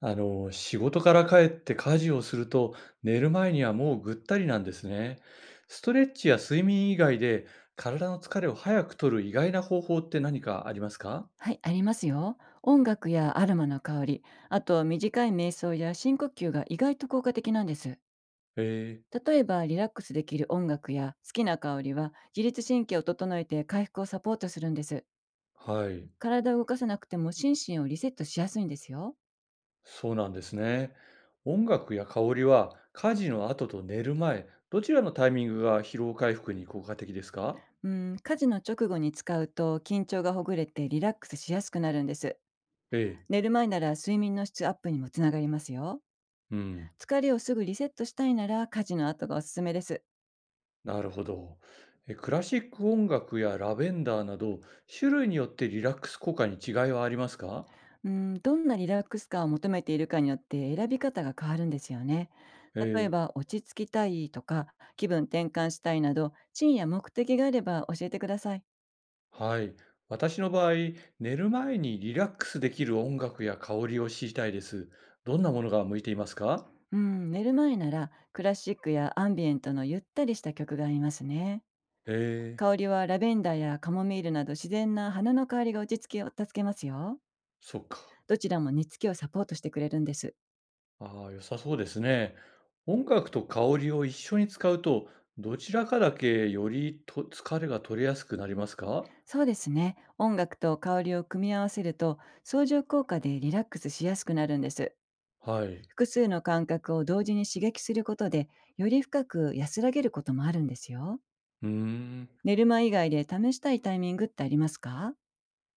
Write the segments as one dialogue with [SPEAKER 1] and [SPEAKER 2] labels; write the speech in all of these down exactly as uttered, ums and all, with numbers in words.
[SPEAKER 1] あの、仕事から帰って家事をすると、寝る前にはもうぐったりなんですね。ストレッチや睡眠以外で、体の疲れを早く取る意外な方法って何かありますか？
[SPEAKER 2] はい、ありますよ。音楽やアロマの香り、あと短い瞑想や深呼吸が意外と効果的なんです。
[SPEAKER 1] ええ。
[SPEAKER 2] 例えばリラックスできる音楽や好きな香りは自律神経を整えて回復をサポートするんです。
[SPEAKER 1] はい、
[SPEAKER 2] 体を動かさなくても心身をリセットしやすいんですよ。
[SPEAKER 1] そうなんですね。音楽や香りは、家事の後と寝る前、どちらのタイミングが疲労回復に効果的ですか？
[SPEAKER 2] うん、家事の直後に使うと緊張がほぐれてリラックスしやすくなるんです。
[SPEAKER 1] ええ、
[SPEAKER 2] 寝る前なら睡眠の質アップにもつながりますよ。
[SPEAKER 1] うん、
[SPEAKER 2] 疲れをすぐリセットしたいなら家事の後がおすすめです。
[SPEAKER 1] なるほど。え、クラシック音楽やラベンダーなど、種類によってリラックス効果に違いはありますか？
[SPEAKER 2] うん、どんなリラックス感を求めているかによって選び方が変わるんですよね。
[SPEAKER 1] え
[SPEAKER 2] 例え
[SPEAKER 1] え、
[SPEAKER 2] ば落ち着きたいとか気分転換したいなど深夜目的があれば教えてください。
[SPEAKER 1] はい。私の場合、寝る前にリラックスできる音楽や香りを知りたいです。どんなものが向いていますか？
[SPEAKER 2] うん、寝る前ならクラシックやアンビエントのゆったりした曲がありますね。
[SPEAKER 1] ええ、
[SPEAKER 2] 香りはラベンダーやカモミールなど自然な花の香りが落ち着きを助けますよ。
[SPEAKER 1] そっか。
[SPEAKER 2] どちらも寝つきをサポートしてくれるんです。
[SPEAKER 1] ああ、良さそうですね。音楽と香りを一緒に使うと、どちらかだけよりと疲れが取れやすくなりますか？
[SPEAKER 2] そうですね。音楽と香りを組み合わせると相乗効果でリラックスしやすくなるんです。
[SPEAKER 1] はい。
[SPEAKER 2] 複数の感覚を同時に刺激することで、より深く安らげることもあるんですよ。
[SPEAKER 1] うーん。
[SPEAKER 2] 寝る間以外で試したいタイミングってありますか？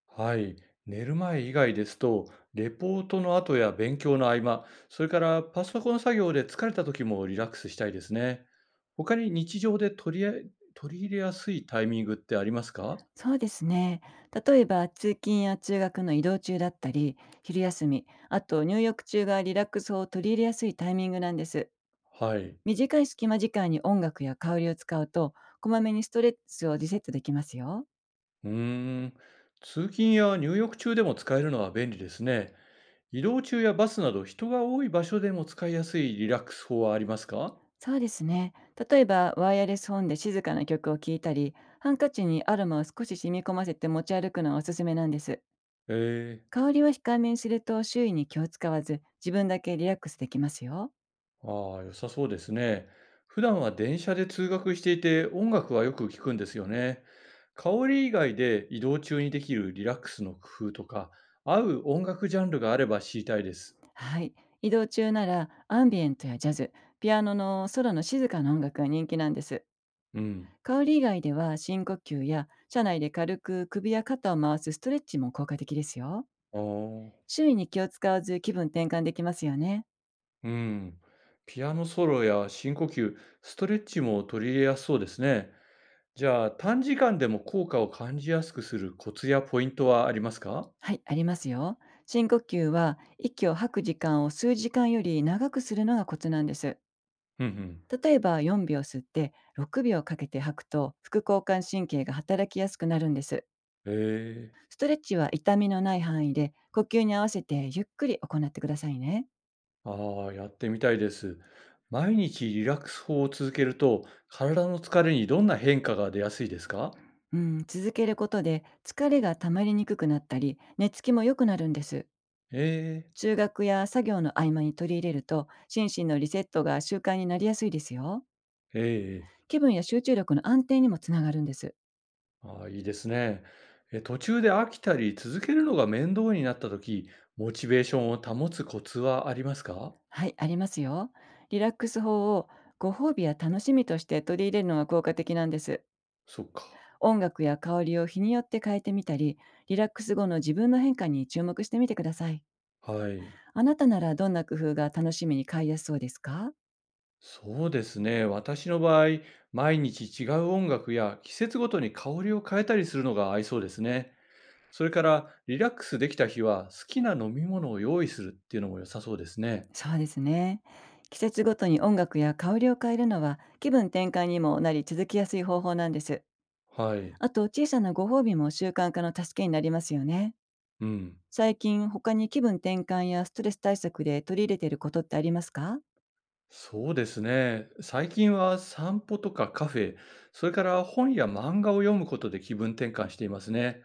[SPEAKER 1] はい。寝る前以外ですと、レポートの後や勉強の合間、それからパソコン作業で疲れた時もリラックスしたいですね。他に日常で取りあえ取り入れやすいタイミングってありますか？
[SPEAKER 2] そうですね。例えば、通勤や通学の移動中だったり、昼休み、あと入浴中がリラックスを取り入れやすいタイミングなんです。
[SPEAKER 1] はい。
[SPEAKER 2] 短い隙間時間に音楽や香りを使うと、こまめにストレスをリセットできますよ。
[SPEAKER 1] うーん。通勤や入浴中でも使えるのは便利ですね。移動中やバスなど人が多い場所でも使いやすいリラックス法はありますか？
[SPEAKER 2] そうですね。例えば、ワイヤレスホンで静かな曲を聴いたり、ハンカチにアロマを少し染み込ませて持ち歩くのはおすすめなんです。
[SPEAKER 1] ええ。
[SPEAKER 2] 香りは控えめにすると周囲に気を使わず、自分だけリラックスできますよ。
[SPEAKER 1] ああ、良さそうですね。普段は電車で通学していて、音楽はよく聞くんですよね。香り以外で移動中にできるリラックスの工夫とか、合う音楽ジャンルがあれば知りたいです。
[SPEAKER 2] はい。移動中なら、アンビエントやジャズ、ピアノの空の静かな音楽が人気なんです。
[SPEAKER 1] うん。
[SPEAKER 2] 香り以外では、深呼吸や、車内で軽く首や肩を回すストレッチも効果的ですよ。
[SPEAKER 1] ああ、
[SPEAKER 2] 周囲に気を使わず気分転換できますよね。
[SPEAKER 1] うん。ピアノソロや深呼吸、ストレッチも取り入れやすそうですね。じゃあ、短時間でも効果を感じやすくするコツやポイントはありますか？
[SPEAKER 2] はい、ありますよ。深呼吸は息を吐く時間を数時間より長くするのがコツなんです。
[SPEAKER 1] うんうん。
[SPEAKER 2] 例えばよんびょう吸ってろくびょうかけて吐くと副交感神経が働きやすくなるんです。
[SPEAKER 1] へえ。
[SPEAKER 2] ストレッチは痛みのない範囲で呼吸に合わせてゆっくり行ってくださいね。
[SPEAKER 1] ああ、やってみたいです。毎日リラックス法を続けると、体の疲れにどんな変化が出やすいですか？
[SPEAKER 2] うん、続けることで疲れが溜まりにくくなったり寝つきも良くなるんです。
[SPEAKER 1] ええ。
[SPEAKER 2] 中学や作業の合間に取り入れると心身のリセットが習慣になりやすいですよ。
[SPEAKER 1] ええ。
[SPEAKER 2] 気分や集中力の安定にもつながるんです。
[SPEAKER 1] ああ、いいですね。え、途中で飽きたり続けるのが面倒になった時、モチベーションを保つコツはありますか？
[SPEAKER 2] はい、ありますよ。リラックス法をご褒美や楽しみとして取り入れるのが効果的なんです。
[SPEAKER 1] そっか。
[SPEAKER 2] 音楽や香りを日によって変えてみたり、リラックス後の自分の変化に注目してみてください。
[SPEAKER 1] はい。
[SPEAKER 2] あなたならどんな工夫が楽しみに変えやすそうですか？
[SPEAKER 1] そうですね。私の場合、毎日違う音楽や季節ごとに香りを変えたりするのが合いそうですね。それからリラックスできた日は好きな飲み物を用意するっていうのも良さそうですね。
[SPEAKER 2] そうですね。季節ごとに音楽や香りを変えるのは気分転換にもなり続きやすい方法なんです。
[SPEAKER 1] はい。
[SPEAKER 2] あと小さなご褒美も習慣化の助けになりますよね。
[SPEAKER 1] うん。
[SPEAKER 2] 最近他に気分転換やストレス対策で取り入れていることってありますか？
[SPEAKER 1] そうですね。最近は散歩とかカフェ、それから本や漫画を読むことで気分転換していますね。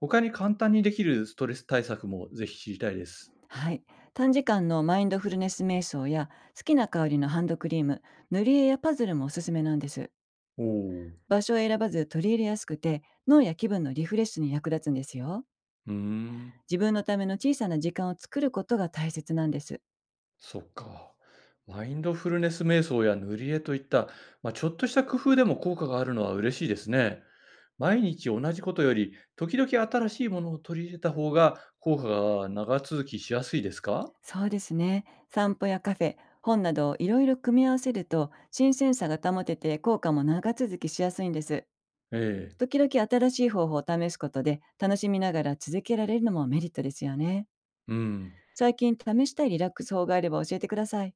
[SPEAKER 1] 他に簡単にできるストレス対策もぜひ知りたいです。
[SPEAKER 2] はい。短時間のマインドフルネス瞑想や好きな香りのハンドクリーム、塗り絵やパズルもおすすめなんです。
[SPEAKER 1] おお。
[SPEAKER 2] 場所を選ばず取り入れやすくて、脳や気分のリフレッシュに役立つんですよ。
[SPEAKER 1] うーん。
[SPEAKER 2] 自分のための小さな時間を作ることが大切なんです。
[SPEAKER 1] そっか。マインドフルネス瞑想や塗り絵といった、まあ、ちょっとした工夫でも効果があるのは嬉しいですね。毎日同じことより、時々新しいものを取り入れた方が効果が長続きしやすいですか？
[SPEAKER 2] そうですね。散歩やカフェ、本などをいろいろ組み合わせると、新鮮さが保てて効果も長続きしやすいんです。
[SPEAKER 1] ええ。
[SPEAKER 2] 時々新しい方法を試すことで、楽しみながら続けられるのもメリットですよね。
[SPEAKER 1] うん。
[SPEAKER 2] 最近試したいリラックス法があれば教えてください。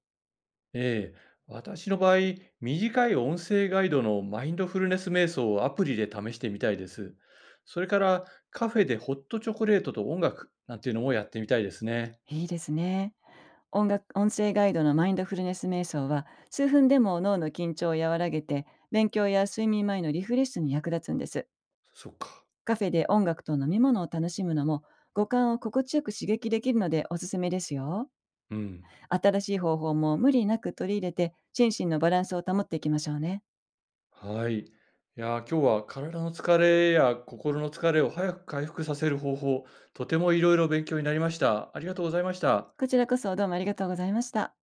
[SPEAKER 1] ええ。私の場合、短い音声ガイドのマインドフルネス瞑想をアプリで試してみたいです。それからカフェでホットチョコレートと音楽なんていうのもやってみたいですね。
[SPEAKER 2] いいですね。音楽、音声ガイドのマインドフルネス瞑想は、数分でも脳の緊張を和らげて、勉強や睡眠前のリフレッシュに役立つんです。
[SPEAKER 1] そっか。
[SPEAKER 2] カフェで音楽と飲み物を楽しむのも、五感を心地よく刺激できるのでおすすめですよ。
[SPEAKER 1] うん。
[SPEAKER 2] 新しい方法も無理なく取り入れて、心身のバランスを保っていきましょうね。
[SPEAKER 1] はい。いやー、今日は体の疲れや心の疲れを早く回復させる方法、とてもいろいろ勉強になりました。ありがとうございました。
[SPEAKER 2] こちらこそどうもありがとうございました。